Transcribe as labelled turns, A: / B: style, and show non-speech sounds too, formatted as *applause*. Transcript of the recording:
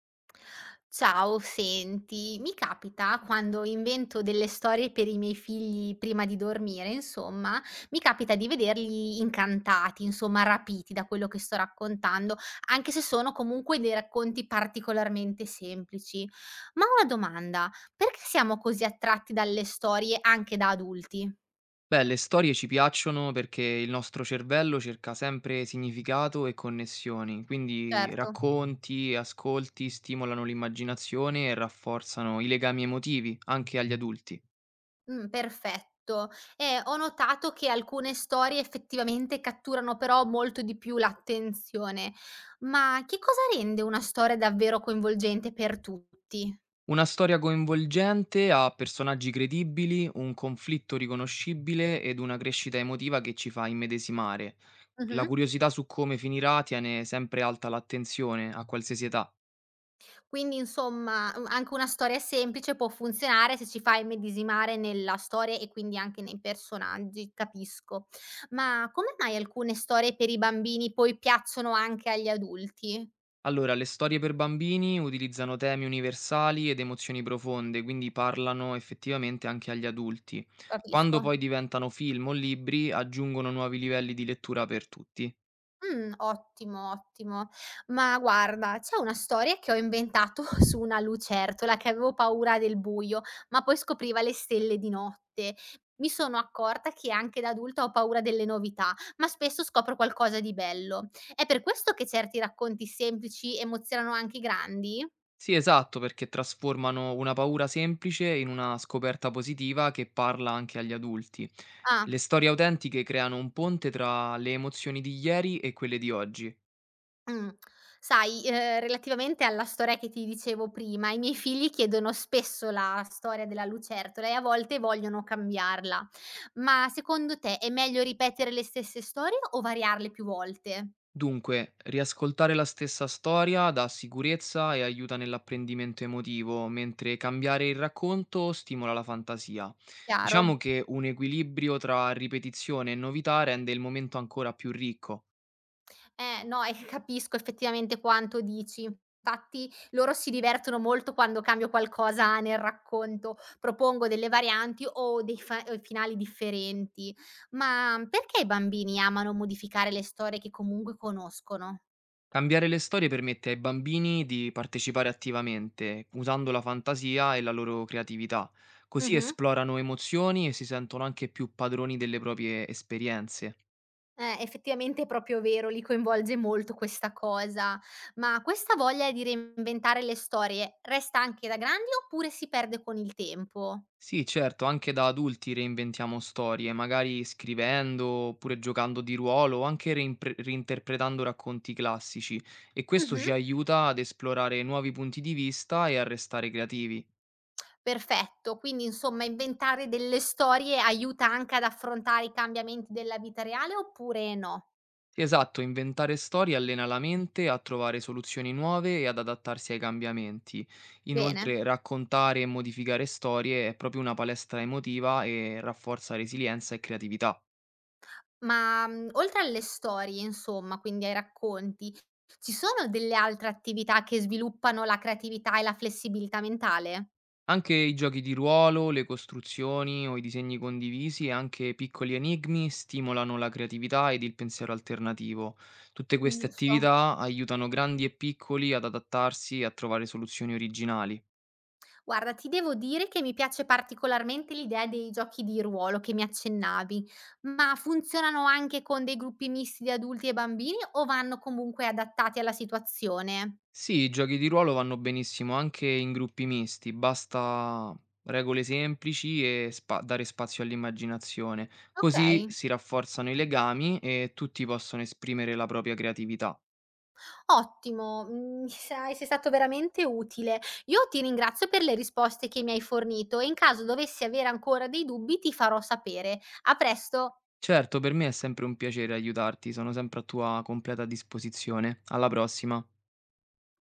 A: Ciao, senti, mi capita quando invento delle storie per i miei figli prima di dormire, insomma, mi capita di vederli incantati, insomma, rapiti da quello che sto raccontando, anche se sono comunque dei racconti particolarmente semplici. Ma una domanda, perché siamo così attratti dalle storie anche da adulti?
B: Beh, le storie ci piacciono perché il nostro cervello cerca sempre significato e connessioni, quindi
A: Certo.
B: racconti e ascolti stimolano l'immaginazione e rafforzano i legami emotivi, anche agli adulti.
A: Perfetto. E ho notato che alcune storie effettivamente catturano però molto di più l'attenzione. Ma che cosa rende una storia davvero coinvolgente per tutti?
B: Una storia coinvolgente ha personaggi credibili, un conflitto riconoscibile ed una crescita emotiva che ci fa immedesimare. La
A: Mh-mh.
B: curiosità su come finirà tiene sempre alta l'attenzione a qualsiasi età.
A: Quindi insomma, anche una storia semplice può funzionare se ci fa immedesimare nella storia e quindi anche nei personaggi, capisco. Ma come mai alcune storie per i bambini poi piacciono anche agli adulti?
B: Allora, le storie per bambini utilizzano temi universali ed emozioni profonde, quindi parlano effettivamente anche agli adulti.
A: Capisco.
B: Quando poi diventano film o libri, aggiungono nuovi livelli di lettura per tutti.
A: Ottimo, ottimo. Ma guarda, c'è una storia che ho inventato *laughs* su una lucertola che avevo paura del buio, ma poi scopriva le stelle di notte. Mi sono accorta che anche da adulta ho paura delle novità, ma spesso scopro qualcosa di bello. È per questo che certi racconti semplici emozionano anche i grandi?
B: Sì, esatto, perché trasformano una paura semplice in una scoperta positiva che parla anche agli adulti.
A: Ah.
B: Le storie autentiche creano un ponte tra le emozioni di ieri e quelle di oggi.
A: Mh. Sai, relativamente alla storia che ti dicevo prima, i miei figli chiedono spesso la storia della lucertola e a volte vogliono cambiarla. Ma secondo te è meglio ripetere le stesse storie o variarle più volte?
B: Dunque, riascoltare la stessa storia dà sicurezza e aiuta nell'apprendimento emotivo, mentre cambiare il racconto stimola la fantasia. Diciamo
A: Chiaro.
B: che un equilibrio tra ripetizione e novità rende il momento ancora più ricco.
A: No, e *laughs* capisco effettivamente quanto dici. Infatti loro si divertono molto quando cambio qualcosa nel racconto, propongo delle varianti o o finali differenti. Ma perché i bambini amano modificare le storie che comunque conoscono?
B: Cambiare le storie permette ai bambini di partecipare attivamente, usando la fantasia e la loro creatività. Così
A: Mhm.
B: esplorano emozioni e si sentono anche più padroni delle proprie esperienze.
A: Effettivamente è proprio vero, li coinvolge molto questa cosa. Ma questa voglia di reinventare le storie resta anche da grandi oppure si perde con il tempo?
B: Sì, certo, anche da adulti reinventiamo storie, magari scrivendo, oppure giocando di ruolo, o anche reinterpretando racconti classici, e questo
A: Mhm.
B: ci aiuta ad esplorare nuovi punti di vista e a restare creativi.
A: Perfetto, quindi insomma inventare delle storie aiuta anche ad affrontare i cambiamenti della vita reale oppure no?
B: Esatto, inventare storie allena la mente a trovare soluzioni nuove e ad adattarsi ai cambiamenti.
A: Bene,
B: Inoltre, raccontare e modificare storie è proprio una palestra emotiva e rafforza resilienza e creatività.
A: ma, oltre alle storie insomma, quindi ai racconti, ci sono delle altre attività che sviluppano la creatività e la flessibilità mentale?
B: Anche i giochi di ruolo, le costruzioni o i disegni condivisi e anche piccoli enigmi stimolano la creatività ed il pensiero alternativo. Tutte queste
A: Giusto.
B: attività aiutano grandi e piccoli ad adattarsi e a trovare soluzioni originali.
A: Guarda, ti devo dire che mi piace particolarmente l'idea dei giochi di ruolo che mi accennavi, ma funzionano anche con dei gruppi misti di adulti e bambini o vanno comunque adattati alla situazione?
B: Sì, i giochi di ruolo vanno benissimo anche in gruppi misti, basta regole semplici e dare spazio all'immaginazione. Così
A: Okay,
B: si rafforzano i legami e tutti possono esprimere la propria creatività.
A: ottimo, sai sei stato veramente utile. Io ti ringrazio per le risposte che mi hai fornito e in caso dovessi avere ancora dei dubbi ti farò sapere. A presto.
B: Certo, per me è sempre un piacere aiutarti, sono sempre a tua completa disposizione. Alla prossima.